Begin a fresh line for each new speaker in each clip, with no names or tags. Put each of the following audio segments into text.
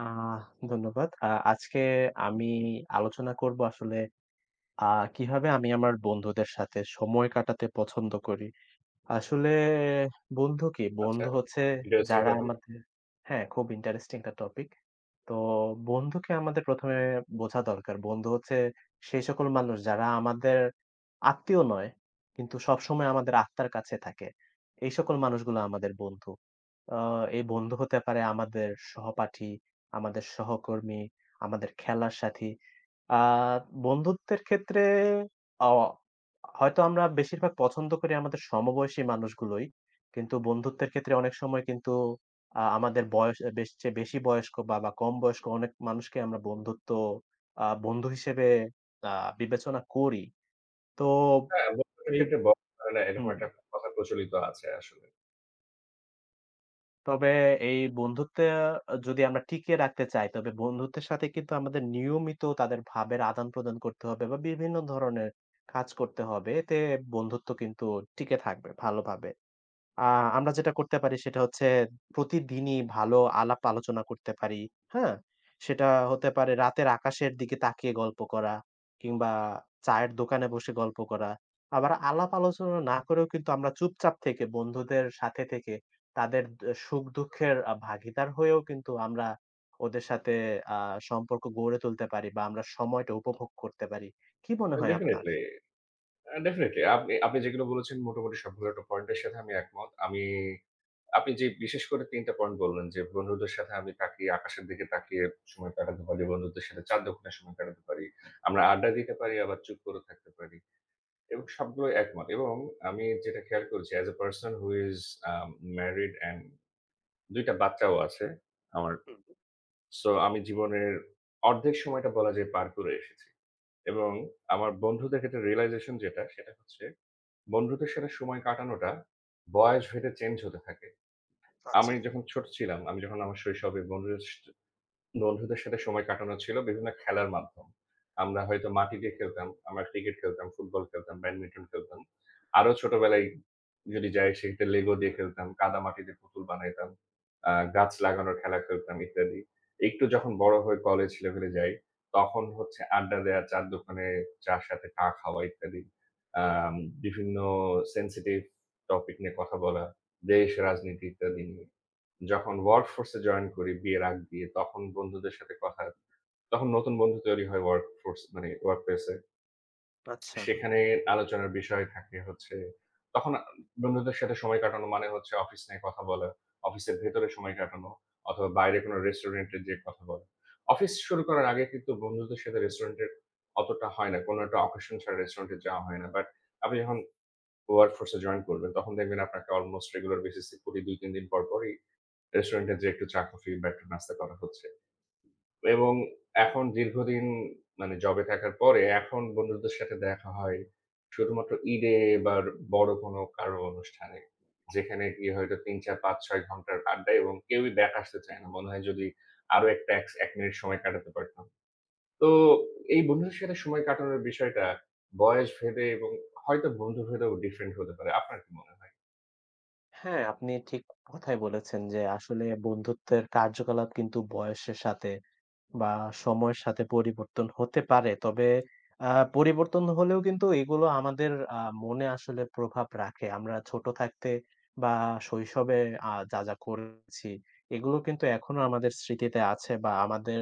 আহ ধন্যবাদ। আজকে আমি আলোচনা করব আসলে আ কিভাবে আমি আমার বন্ধুদের সাথে সময় কাটাতে পছন্দ করি। আসলে বন্ধু কি?
আচ্ছা,
বন্ধু হচ্ছে
ইন্টারেস্টিং
যারা
টপিক।
আমাদের হ্যাঁ, খুব ইন্টারেস্টিং একটা টপিক। তো বন্ধুকে আমাদের ১ম এ বোঝা দরকার। বন্ধু হচ্ছে সেই সকল মানুষ যারা আমাদের আত্মীয় নয়, কিন্তু সবসময় আমাদের আত্মার কাছে থাকে। এই সকল মানুষগুলো আমাদের বন্ধু। আ এই বন্ধু হতে পারে আমাদের সহপাঠী, আমাদের সহকর্মী, আমাদের খেলার সাথী। আ বন্ধুত্বের ক্ষেত্রে অ হয়তো আমরা বেশিরভাগ পছন্দ করি আমাদের সমবয়সী মানুষগুলোই। কিন্তু বন্ধুত্বের ক্ষেত্রে অনেক সময় কিন্তু আমাদের বয়স এ বেশ চেয়ে বেশি বয়স্ক বা কম বয়স্ক অনেক মানুষকে আমরা বন্ধু হিসেবে আ বিবেচনা করি। তো
হ্যাঁ, বন্ধুত্বের
এই
ক্ষেত্রে বলা হয় না এরকম
হুম।
একটা কথা প্রচলিত আছে আসলে।
তবে এই বন্ধুত্বে যদি আমরা টিকিয়ে রাখতে চাই, তবে বন্ধুত্বের সাথে কিন্তু আমাদের নিয়মিত তাদের ভাবের আদান-প্রদান করতে হবে বা বিভিন্ন ধরনের কাজ করতে হবে। এতে বন্ধুত্ব কিন্তু টিকে থাকবে ভালোভাবে। আ আমরা যেটা করতে পারি সেটা হচ্ছে প্রতিদিনই ভালো আলাপ আলোচনা করতে পারি। হ্যাঁ? সেটা হতে পারে রাতের আকাশের দিকে তাকিয়ে গল্প করা কিংবা চায়ের দোকানে বসে গল্প করা। আবার আলাপ আলোচনা না করেও কিন্তু আমরা চুপচাপ থেকে বন্ধুদের সাথে থেকে তাদের দ সুখ-দুঃখের ভাগীদার হয়েও কিন্তু আমরা ওদের সাথে আ সম্পর্ক গড়ে তুলতে পারি বা আমরা সময়টা উপভোগ করতে পারি। কি মনে হয় আপনার?
ডেফিনিটলি, আ ডেফিনিটলি আপনি আপনি যেগুলো বলেছেন মোটামুটি সবগুলো একটা পয়েন্টের সাথে আমি একমত। আপনি যে বিশেষ করে ৩ টা পয়েন্ট বললেন যে বন্ধুদের সাথে আমি তাকিয়ে আকাশের দিকে তাকিয়ে সময় কাটাতে পারি, বন্ধুদের সাথে চাঁদ দক্ষিণে সময় কাটাতে পারি। আমরা আড্ডা দিতে পারি আবার চুপ করে থাকতে পারি। এবং সবগুলোই একমত। এবং আমি যেটা খেয়াল করেছি as a person who is uh married and ২ টা বাচ্চাও আছে আমার। সো আমি জীবনের অর্ধেক সময়টা বলা যায় পার করে এসেছি। এবং আমার বন্ধুদের ক্ষেত্রে realization যেটা সেটা হচ্ছে বন্ধুদের সাথে সময় কাটানোটা বয়স ভেদে চেঞ্জ হতে থাকে। আমি যখন ছোট ছিলাম, আমি যখন আমার শৈশবে বন্ধুদের বন্ধুদের সাথে সময় কাটানো ছিল বিভিন্ন খেলার মাধ্যম। আমরা হয়তো মাটি দিয়ে খেলতাম, আমরা ক্রিকেট খেলতাম, ফুটবল খেলতাম, ব্যাডমিন্টন খেলতাম। আরো ছোটবেলায় যদি যাই সেক্ষেত্রে লেগো দিয়ে খেলতাম, কাদামাটি দিয়ে পুতুল বানাইতাম, গাছ লাগানোর খেলা খেলতাম ইত্যাদি। একটু যখন বড় হয়ে কলেজ লেভেলে যাই, তখন হচ্ছে আড্ডা দেয়া, চা'র দোকানে চা'র সাথে চা খাওয়া ইত্যাদি। আম বিভিন্ন sensitive topic নিয়ে কথা বলা, দেশ, রাজনীতি ইত্যাদি নিয়ে। যখন ওয়ার্ক ফোর্স এ জয়েন করি বিয়ের আগ দিয়ে, তখন নতুন বন্ধু তৈরি হয় ওয়ার্ক ফোর্স মানে ওয়ার্ক প্লেস এ।
আচ্ছা।
সেখানে আলোচনার বিষয় থাকে হচ্ছে তখন বন্ধুদের সাথে সময় কাটানো মানে হচ্ছে অফিস নিয়ে কথা বলা, অফিসের ভেতরে সময় কাটানো অথবা বাইরে কোনো রেস্টুরেন্টে যেয়ে কথা বলা। অফিস শুরু করার আগে কিন্তু বন্ধুদের সাথে রেস্টুরেন্টের অতটা হয় না। কোনো একটা অকেশন ছাড়া রেস্টুরেন্টে যাওয়া হয় না। বাট আপনি যখন ওয়ার্ক ফোর্স এ জয়েন করবেন, তখন দেখবেন আপনাকে অলমোস্ট রেগুলার বেসিস এ প্রতি ২-৩ দিন পর পরই রেস্টুরেন্টে যেয়ে একটু চা, কফি বা একটু নাস্তা করা হচ্ছে। এবং এখন দীর্ঘদিন মানে জবে থাকার পরে এখন বন্ধুদের সাথে দেখা হয় শুধুমাত্র ঈদে বা বড় কোনো কারো অনুষ্ঠানে। যেখানে গিয়ে হয়তো ৩, ৪, ৫, ৬ ঘন্টার আড্ডা এবং কেউই ব্যাক আসতে চায় না। মনে হয় যদি আরো একটা ১ মিনিট সময় কাটাতে পারতাম। তো এই বন্ধুদের সাথে সময় কাটানোর বিষয়টা বয়স ভেদে এবং হয়তো বন্ধু ভেদেও ডিফারেন্ট হতে পারে। আপনার কি মনে হয়?
হ্যাঁ, আপনি ঠিক কথাই বলেছেন যে আসলে বন্ধুত্বের কার্যকলাপ কিন্তু বয়সের সাথে বা সময়ের সাথে পরিবর্তন হতে পারে। তবে আ পরিবর্তন হলেও কিন্তু এগুলো আমাদের আ মনে আসলে প্রভাব রাখে। আমরা ছোট থাকতে বা শৈশবে যা করেছি এগুলো কিন্তু এখনো আমাদের স্মৃতিতে আছে বা আমাদের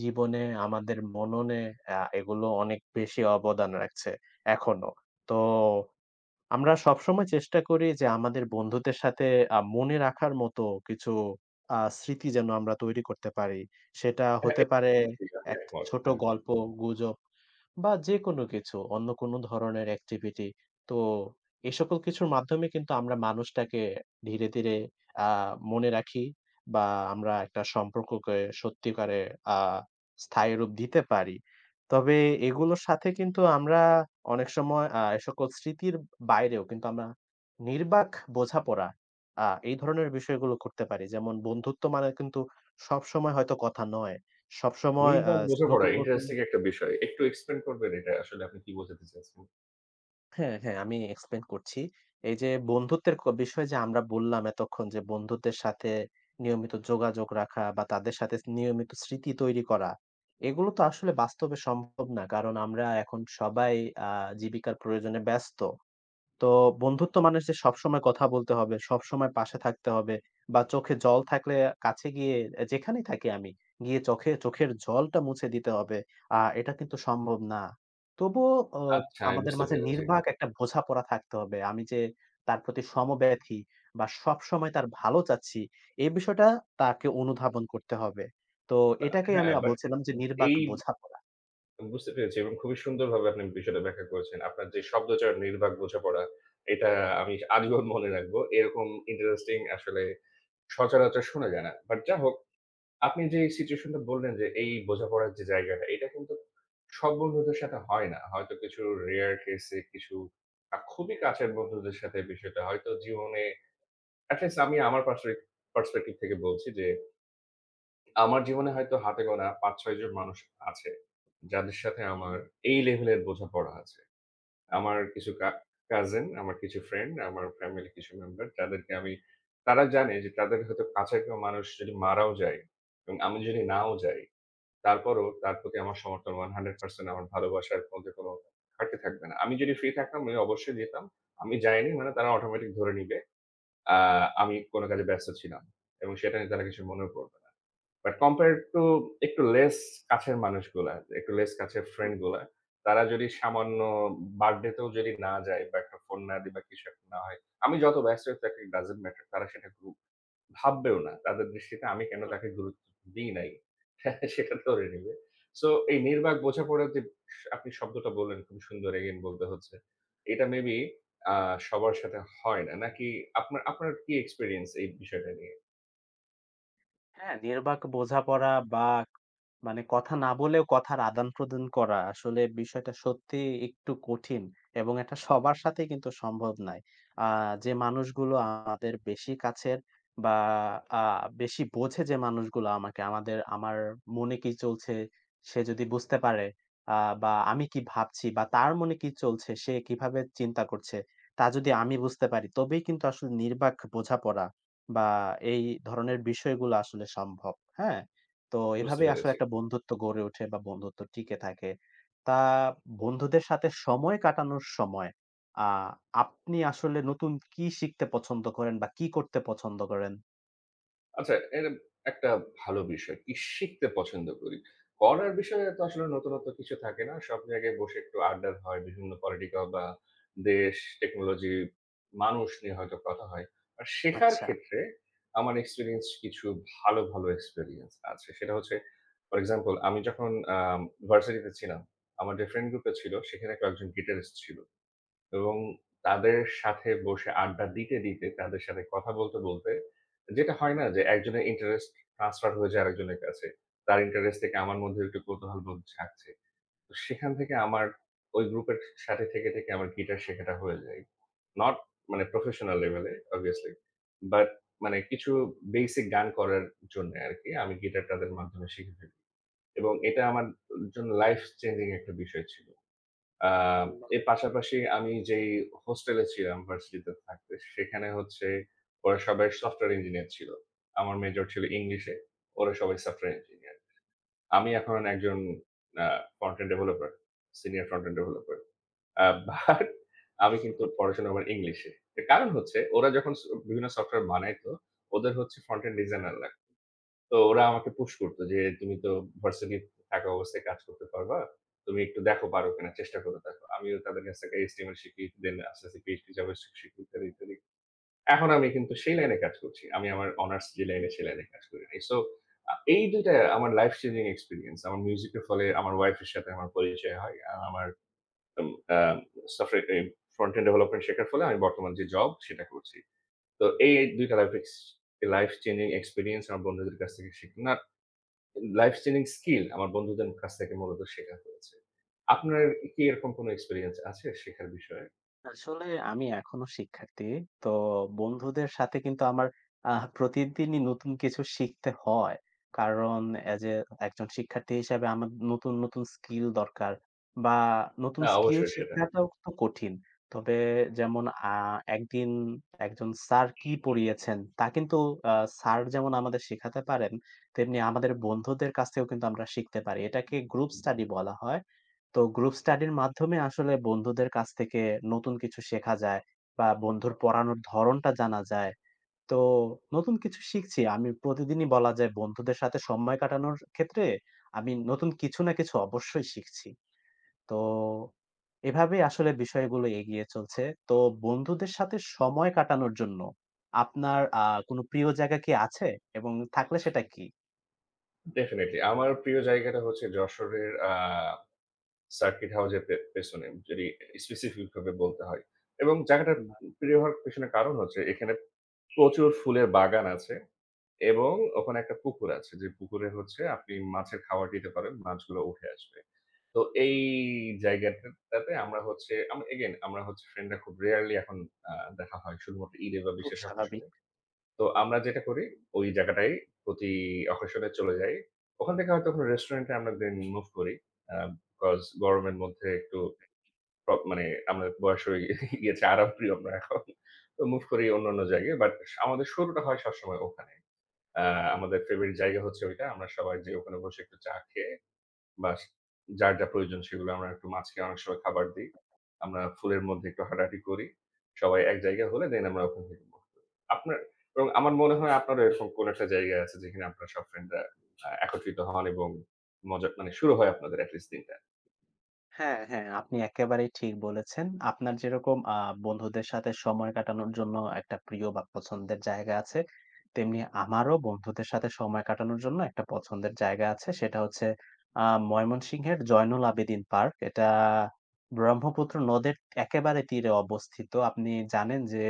জীবনে, আমাদের মননে এগুলো অনেক বেশি অবদান রাখছে এখনো। তো আমরা সবসময় চেষ্টা করি যে আমাদের বন্ধুদের সাথে মনে রাখার মতো কিছু স্মৃতি যেন আমরা তৈরি করতে পারি। সেটা
হ্যাঁ,
হতে পারে
একদম ঠিক। আমি
এক
একমত।
ছোট
হ্যাঁ।
গল্প, গুজব বা যেকোনো কিছু, অন্য কোনো ধরনের activity। তো এ সকল কিছুর মাধ্যমে কিন্তু আমরা মানুষটাকে ধীরে, ধীরে, আ মনে রাখি বা আমরা একটা সম্পর্ককে সত্যিকারে আ স্থায়ী রূপ দিতে পারি। তবে এগুলোর সাথে কিন্তু আমরা অনেক সময় এ সকল স্মৃতির বাইরেও কিন্তু আমরা নির্বাক বোঝাপড়া এই ধরনের বিষয়গুলো করতে পারি। যেমন বন্ধুত্ব মানে কিন্তু সবসময় হয়তো কথা নয়। সবসময় আ
নির্বাক বোঝাপড়া
নতুন, নতুন
ইন্টারেস্টিং একটা বিষয়। একটু এক্সপ্লেইন করবেন এটা আসলে আপনি কি বোঝাতে চাচ্ছেন?
হ্যাঁ, হ্যাঁ, আমি explain করছি। এই যে বন্ধুত্বের ক বিষয় যে আমরা বললাম এতক্ষণ যে বন্ধুদের সাথে নিয়মিত যোগাযোগ রাখা বা তাদের সাথে নিয়মিত স্মৃতি তৈরি করা, এগুলো তো আসলে বাস্তবে সম্ভব না। কারণ আমরা এখন সবাই আ জীবিকার প্রয়োজনে ব্যস্ত। তো বন্ধুত্ব মানে যে সবসময় কথা বলতে হবে, সবসময় পাশে থাকতে হবে বা চোখে জল থাকলে কাছে গিয়ে যেখানেই থাকি আমি, গিয়ে চোখে চোখের জলটা মুছে দিতে হবে। এটা কিন্তু সম্ভব না। তবুও অ
আচ্ছা, আমি
আমাদের
বুঝতে
মাঝে
পেরেছি।
নির্বাক একটা বোঝাপড়া থাকতে হবে। আমি যে তার প্রতি সমব্যথী বা সবসময় তার ভালো চাচ্ছি, এই বিষয়টা তাকে অনুধাবন করতে হবে। তো
আ
এটাকেই আমি
হ্যাঁ, বাট
বলছিলাম যে নির্বাক
এই
বোঝাপড়া।
বুঝতে পেরেছি এবং খুবই সুন্দরভাবে আপনি বিষয়টা ব্যাখ্যা করেছেন। আপনার যে শব্দচয়ন নির্বাক বোঝাপড়া, এটা আমি আজীবন মনে রাখবো। এরকম ইন্টারেস্টিং আসলে সচরাচর শোনা যায় না। বাট যা হোক, আপনি যে সিচুয়েশন টা বললেন যে এই বোঝাপড়ার যে জায়গাটা, এটা কিন্তু সব বন্ধুদের সাথে হয় না। হয়তো কিছু রেয়ার কেস এ কিছু খুবই কাছের বন্ধুদের সাথে বিষয়টা হয়তো জীবনে এটলিস্ট আমি আমার পার্সপে পার্সপেক্টিভ থেকে বলছি যে, আমার জীবনে হয়তো হাতে গোনা ৫-৬ জন মানুষ আছে, যাদের সাথে
হুম,
আমার এই লেভেলের বোঝাপড়া আছে। আমার কিছু কাজিন, আমার কিছু ফ্রেন্ড, আমার ফ্যামিলির কিছু মেম্বার যাদেরকে আমি তারা জানে যে তাদের হয়তো কাছের কেউ মানুষ যদি মারাও যায় এবং আমি যদি নাও যাই, তারপরও তার প্রতি আমার সমর্থন 100% আমার ভালোবাসার মধ্যে কোনো ঘাটতি থাকবে না। আমি যদি ফ্রি থাকতাম আমি অবশ্যই যেতাম। আমি যাইনি মানে তারা অটোমেটিক ধরে নিবে। আ আমি কোন কাজে ব্যস্ত ছিলাম। এবং সেটা নিয়ে তারা কিছু মনেও করবে না। বাট কম্পেয়ার টু একটু লেস কাছের মানুষগুলা, একটু লেস কাছের
হু,
ফ্রেন্ড
হু।
গুলা, তারা যদি সামান্য বার্থডে তেও যদি না যায় বা একটা ফোন না দিই বা কিছু একটা না হয়, আমি যত ব্যস্ত হই থাকি it doesn't matter তারা সেটা ভাববেও না। তাদের দৃষ্টিতে আমি কেন তাকে গুরুত্ব দিই নাই, সেটা ধরে নিবে। সো এই নির্বাক বোঝাপড়ার যে আপনি শব্দটা বললেন খুবই সুন্দর again বলতে হচ্ছে। এটা মেবি আ সবার সাথে হয় না। নাকি আপনার আপনার কি এক্সপেরিয়েন্স এই বিষয়টা নিয়ে?
হ্যাঁ, নির্বাক বোঝাপড়া বা মানে কথা না বলেও কথার আদান-প্রদান করা আসলে বিষয়টা সত্যিই একটু কঠিন এবং এটা সবার সাথে কিন্তু সম্ভব নয়। আ যে মানুষগুলো আমাদের বেশি কাছের বা আ বেশি বোঝে যে মানুষগুলো আমাকে আমাদের আমার মনে কি চলছে সে যদি বুঝতে পারে আ বা আমি কি ভাবছি বা তার মনে কি চলছে সে কিভাবে চিন্তা করছে তা যদি আমি বুঝতে পারি তবেই কিন্তু আসলে নির্বাক বোঝাপড়া বা এই ধরনের বিষয়গুলো আসলে সম্ভব। হ্যাঁ? তো
বুঝতে
এভাবেই আসলে
পেরেছি।
একটা বন্ধুত্ব গড়ে ওঠে বা বন্ধুত্ব টিকে থাকে। তা বন্ধুদের সাথে সময় কাটানোর সময় আ আপনি আসলে নতুন কি শিখতে পছন্দ করেন বা কি করতে পছন্দ করেন?
আচ্ছা, এটা একটা ভালো বিষয়। কি শিখতে পছন্দ করি। করার বিষয়ে তো আসলে নতুনত্ব কিছু থাকে না। সব জায়গায় বসে একটু আড্ডা হয়। বিভিন্ন পলিটিক্যাল বা দেশ, টেকনোলজি, মানুষ নিয়ে হয়তো কথা হয়। আর শেখার
আচ্ছা।
ক্ষেত্রে আমার এক্সপেরিয়েন্স কিছু ভালো, ভালো এক্সপেরিয়েন্স আছে। সেটা হচ্ছে ফর এক্সাম্পল আমি যখন আম ভার্সিটিতে ছিলাম, আমার যে ফ্রেন্ড গ্রুপটা ছিল সেখানে কয়েকজন গিটারিস্ট ছিল। এবং তাদের সাথে বসে আড্ডা দিতে, দিতে তাদের সাথে কথা বলতে, বলতে যেটা হয় না যে একজনের ইন্টারেস্ট ট্রান্সফার হয়ে যায় আরেকজনের কাছে। তার ইন্টারেস্ট থেকে আমার মধ্যেও একটু কৌতূহলবোধ জাগছে। তো সেখান থেকে আমার ওই গ্রুপের সাথে থেকে, থেকে আমার গিটার শেখাটা হয়ে যায়। নট মানে প্রফেশনাল লেভেলে obviously বাট মানে কিছু বেসিক গান করার জন্যে আরকি আমি গিটার তাদের মাধ্যমে শিখে ফেলি। এবং এটা আমার জন্য লাইফ চেঞ্জিং একটা বিষয় ছিল। আ এর পাশাপাশি আমি যেই হোস্টেলে ছিলাম ভার্সিটিতে থাকতে, সেখানে হচ্ছে ওরা সবাই সফটওয়্যার ইঞ্জিনিয়ার ছিল। আমার মেজর ছিল ইংলিশে। ওরা সবাই সফটওয়্যার ইঞ্জিনিয়ার। আমি এখন একজন uh front end developer, senior front end developer. Uh but আমি কিন্তু পড়াশোনা আমার ইংলিশে। এর কারণ হচ্ছে ওরা যখন বিভিন্ন সফটওয়্যার বানাইতো, ওদের হচ্ছে ফ্রন্ট-এন্ড ডিজাইনার লাগতো। তো ওরা আমাকে পুশ করত যে, "তুমি তো ভার্সিটি থাকা অবস্থায় কাজ করতে পারবা। তুমি একটু দেখো পারো কিনা, চেষ্টা করে দেখো।" আমিও তাদের কাছ থেকে HTML শিখি, দেন আস্তে, আস্তে PHP, JavaScript শিখি ইত্যাদি, ইত্যাদি। এখন আমি কিন্তু সেই লাইনে কাজ করছি। আমি আমার অনার্স যে লাইনে, সে লাইনে কাজ করি নাই। সো এই ২ টা আমার লাইফ চেঞ্জিং এক্সপেরিয়েন্স। আমার মিউজিকের ফলে আমার ওয়াইফের সাথে আমার পরিচয় হয়। আ আমার উম আ সফটওয়্যার এই ফ্রন্ট এন্ড ডেভেলপমেন্ট শেখার ফলে আমি বর্তমান যে জব, সেটা করছি। তো এই ২ টা লাইফ চেঞ্জিং এক্সপেরিয়েন্স আমার বন্ধুদের কাছ থেকে শিখলাম। লাইফ চেঞ্জিং স্কিল আমার বন্ধুদের কাছ থেকে মূলত শেখা হয়েছে। আপনার কি এরকম কোনো এক্সপেরিয়েন্স আছে শেখার বিষয়ে?
আসলে আমি এখনো শিক্ষার্থী। তো বন্ধুদের সাথে কিন্তু আমার প্রতিদিনই নতুন কিছু শিখতে হয়। কারণ এজ এ একজন শিক্ষার্থী হিসেবে আমার নতুন, নতুন স্কিল দরকার বা নতুন
না,
স্কিল
অবশ্যই সেটা।
শেখাটাও তো কঠিন। তবে যেমন আ একদিন একজন স্যার কি পড়িয়েছেন তা কিন্তু আ স্যার যেমন আমাদের শেখাতে পারেন, তেমনি আমাদের বন্ধুদের কাছ থেকেও কিন্তু আমরা শিখতে পারি। এটাকে গ্রুপ স্টাডি বলা হয়। তো গ্রুপ স্টাডির মাধ্যমে আসলে বন্ধুদের কাছ থেকে নতুন কিছু শেখা যায় বা বন্ধুর পড়ানোর ধরনটা জানা যায়। তো নতুন কিছু শিখছি। আমি প্রতিদিনই বলা যায় বন্ধুদের সাথে সময় কাটানোর ক্ষেত্রে আমি নতুন কিছু না কিছু অবশ্যই শিখছি। তো এভাবেই আসলে বিষয়গুলো এগিয়ে চলছে। তো বন্ধুদের সাথে সময় কাটানোর জন্য আপনার কোনো প্রিয় জায়গা কি আছে? এবং থাকলে সেটা কি?
ডেফিনিটলি। আমার প্রিয় জায়গাটা হচ্ছে যশোরের সার্কিট হাউসের পেছনে যদি স্পেসিফিক ভাবে বলতে হয়। এবং জায়গাটা
বা
প্রিয় হওয়ার পেছনে কারণ হচ্ছে এখানে প্রচুর ফুলের বাগান আছে এবং ওখানে একটা পুকুর আছে। যে পুকুরে হচ্ছে আপনি মাছের খাবার দিতে পারেন, মাছগুলো উঠে আসবে। তো এই জায়গাটাতে আমরা হচ্ছে ফ্রেন্ডরা খুব রেয়ারলি এখন আ দেখা হয় শুধুমাত্র ঈদে বা
খুব
বিশেষ
স্বাভাবিক।
অকেশনে। তো আমরা যেটা করি ওই জায়গাটায় প্রতি অকেশনে চলে যাই। ওখান থেকে হয়তো কোনো রেস্টুরেন্টে আমরা দেন মুভ করি। বিকজ গরমের মধ্যে একটু মানে আমাদের বয়স হয়ে গিয়েছে আরামপ্রিয় আমরা এখন। তো মুভ করি অন্যান্য জায়গায়। বাট আমাদের শুরুটা হয় সবসময় ওখানে। আ আমাদের ফেভারিট জায়গা হচ্ছে ওইটা। আমরা সবাই যেয়ে ওখানে বসে একটু চা খেয়ে বাস যার যা প্রয়োজন সেগুলো আমরা একটু মাছকে অনেক সময় খাবার দেই। আমরা ফুলের মধ্যে একটু হাঁটাহাঁটি করি। সবাই এক জায়গায় হলে দেন আমরা ওখান থেকে মুভ করি। আপনার এবং আমার মনে হয় আপনারও এরকম কোন একটা জায়গা আছে যেখানে আপনার সব ফ্রেন্ডরা একত্রিত হন এবং মজা মানে শুরু হয় আপনাদের এট লিস্ট দিনটা।
হ্যাঁ, হ্যাঁ, আপনি একেবারেই ঠিক বলেছেন। আপনার যেরকম বন্ধুদের সাথে সময় কাটানোর জন্য একটা প্রিয় বা পছন্দের জায়গা আছে, তেমনি আমারও বন্ধুদের সাথে সময় কাটানোর জন্য একটা পছন্দের জায়গা আছে। সেটা হচ্ছে ময়মনসিংহের জয়নুল আবেদীন পার্ক। এটা ব্রহ্মপুত্র নদের একেবারে তীরে অবস্থিত। আপনি জানেন যে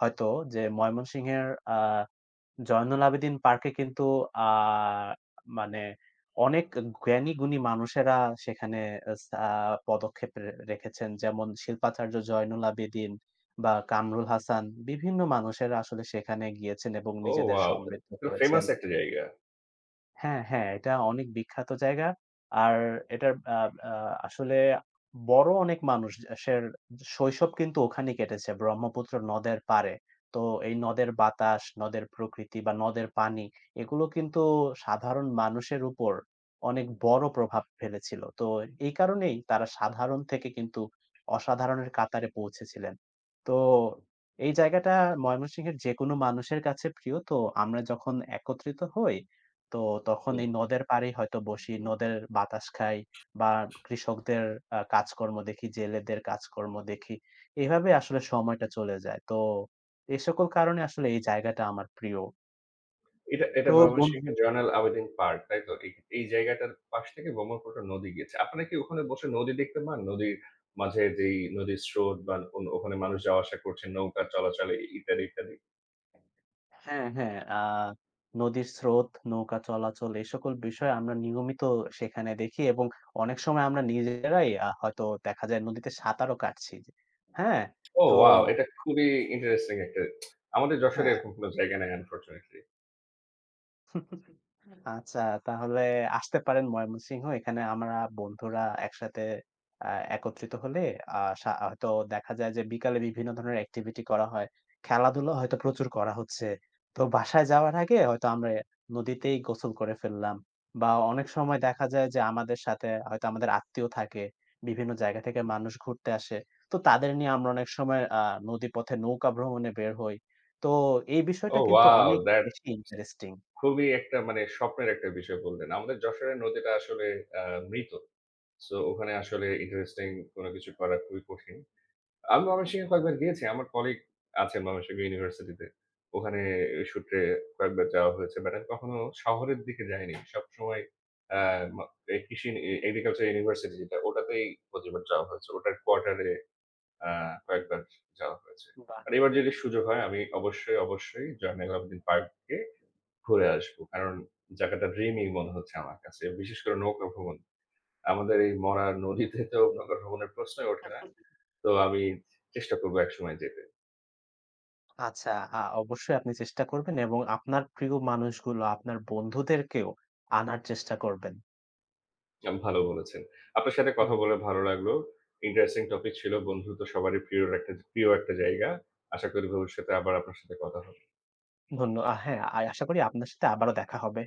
হয়তো যে ময়মনসিংহের আ জয়নুল আবেদীন পার্কে কিন্তু আ মানে অনেক জ্ঞানী-গুণী মানুষেরা সেখানে এস আ পদক্ষেপ রেখেছেন। যেমন শিল্পাচার্য জয়নুল আবেদীন বা কামরুল হাসান বিভিন্ন মানুষেরা আসলে সেখানে গিয়েছেন এবং
ওহ
নিজেদের
ওয়াও!
সমৃদ্ধ করেছেন।
ফেমাস একটা জায়গা।
হ্যাঁ, হ্যাঁ, এটা অনেক বিখ্যাত জায়গা। আর এটার আ আ আসলে বড় অনেক মানুষ সের শৈশব কিন্তু ওখানেই কেটেছে ব্রহ্মপুত্র নদের পাড়ে। তো এই নদের বাতাস, নদের প্রকৃতি বা নদের পানি এগুলো কিন্তু সাধারণ মানুষের উপর অনেক বড় প্রভাব ফেলেছিল। তো এই কারণেই তারা সাধারণ থেকে কিন্তু অসাধারণের কাতারে পৌঁছেছিলেন। তো এই জায়গাটা ময়মনসিংহের যেকোনো মানুষের কাছে প্রিয়। তো আমরা যখন একত্রিত হই তো তখন
হুম।
এই নদের পাড়েই হয়তো বসি, নদের বাতাস খাই বা কৃষকদের কাজকর্ম দেখি, জেলেদের কাজকর্ম দেখি। এভাবে আসলে সময়টা চলে যায়। তো এই সকল কারণে আসলে এই জায়গাটা আমার প্রিয়।
এটা এটা
তো বন
ময়মনসিংহের জয়নাল আবেদীন পার্ক, তাই তো? এই এই জায়গাটার পাশ থেকে ব্রহ্মপুত্র নদী গেছে। আপনারা কি ওখানে বসে নদী দেখতে পান? নদীর মাঝে যেই নদীর স্রোত বা ওখানে মানুষ যাওয়া আসা করছে নৌকা চলাচলে ইত্যাদি, ইত্যাদি।
হ্যাঁ, হ্যাঁ। নদীর স্রোত, নৌকা চলাচল এই সকল বিষয় আমরা নিয়মিত সেখানে দেখি এবং অনেক সময় আমরা নিজেরাই হয়তো দেখা যায় নদীতে সাঁতারও কাটছি। হ্যাঁ? তো
ওয়াও! এটা খুবই ইন্টারেস্টিং একটা আমাদের যশোরে
হ্যাঁ।
এরকম কোন জায়গা নাই আনফরচুনেটলি।
আচ্ছা, তাহলে আসতে পারেন ময়মনসিংহ। এখানে আমরা বন্ধুরা একসাথে আ একত্রিত হলে আ সা হয়তো দেখা যায় যে বিকালে বিভিন্ন ধরনের এক্টিভিটি করা হয়। খেলাধুলা হয়তো প্রচুর করা হচ্ছে। তো বাসায় যাওয়ার আগে হয়তো আমরা নদীতেই গোসল করে ফেললাম। বা অনেক সময় দেখা যায় যে আমাদের সাথে হয়তো আমাদের আত্মীয় থাকে। বিভিন্ন জায়গা থেকে মানুষ ঘুরতে আসে। তো তাদের নিয়ে আমরা অনেক সময় নদীপথে নৌকা ভ্রমণে বের হই। তো এই বিষয়টা কিন্তু
ওয়াও!
অনেক
দ্যাট
বেশি ইন্টারেস্টিং।
খুবই একটা মানে স্বপ্নের একটা বিষয় বললেন। আমাদের যশোরের নদীটা আসলে আ মৃত। সো ওখানে আসলে ইন্টারেস্টিং কোন কিছু করা খুবই কঠিন। আমি ময়মনসিংহে কয়েকবার গিয়েছি। আমার কলিগ আছেন ময়মনসিংহ ইউনিভার্সিটিতে। ওখানে এই সূত্রে কয়েকবার যাওয়া হয়েছে। বাট আমি কখনো শহরের দিকে যাইনি। সবসময় আ মা এই কৃষি এগ্রিকালচার ইউনিভার্সিটি যেটা ওটাতেই প্রতিবার যাওয়া হয়েছে। ওটার কোয়ার্টারে আ কয়েকবার যাওয়া হয়েছে।
বাহ!
আর এবার যদি সুযোগ হয় আমি অবশ্যই, অবশ্যই 'জয়নুল আবেদীন পার্ককে' ঘুরে আসবো। কারণ জায়গাটা ড্রিমি মনে হচ্ছে আমার কাছে। বিশেষ করে নৌকা ভ্রমণ। আমাদের এই মরা নদীতে তো নৌকা ভ্রমণের প্রশ্নই ওঠে না। তো আমি চেষ্টা করব একসময় যেতে।
আচ্ছা, অবশ্যই আপনি চেষ্টা করবেন এবং আপনার প্রিয় মানুষগুলো, আপনার বন্ধুদেরকেও আনার চেষ্টা করবেন।
আপনি ভালো বলেছেন। আপনার সাথে কথা
জি।
বলে ভালো লাগলো। ইন্টারেস্টিং টপিক ছিল। বন্ধুত্ব সবারই প্রিয় একটা জায়গা। আশা করি ভবিষ্যতে আবার আপনার সাথে কথা হবে।
ধন্য আ হ্যাঁ, আশা করি আপনার সাথে আবারও দেখা হবে।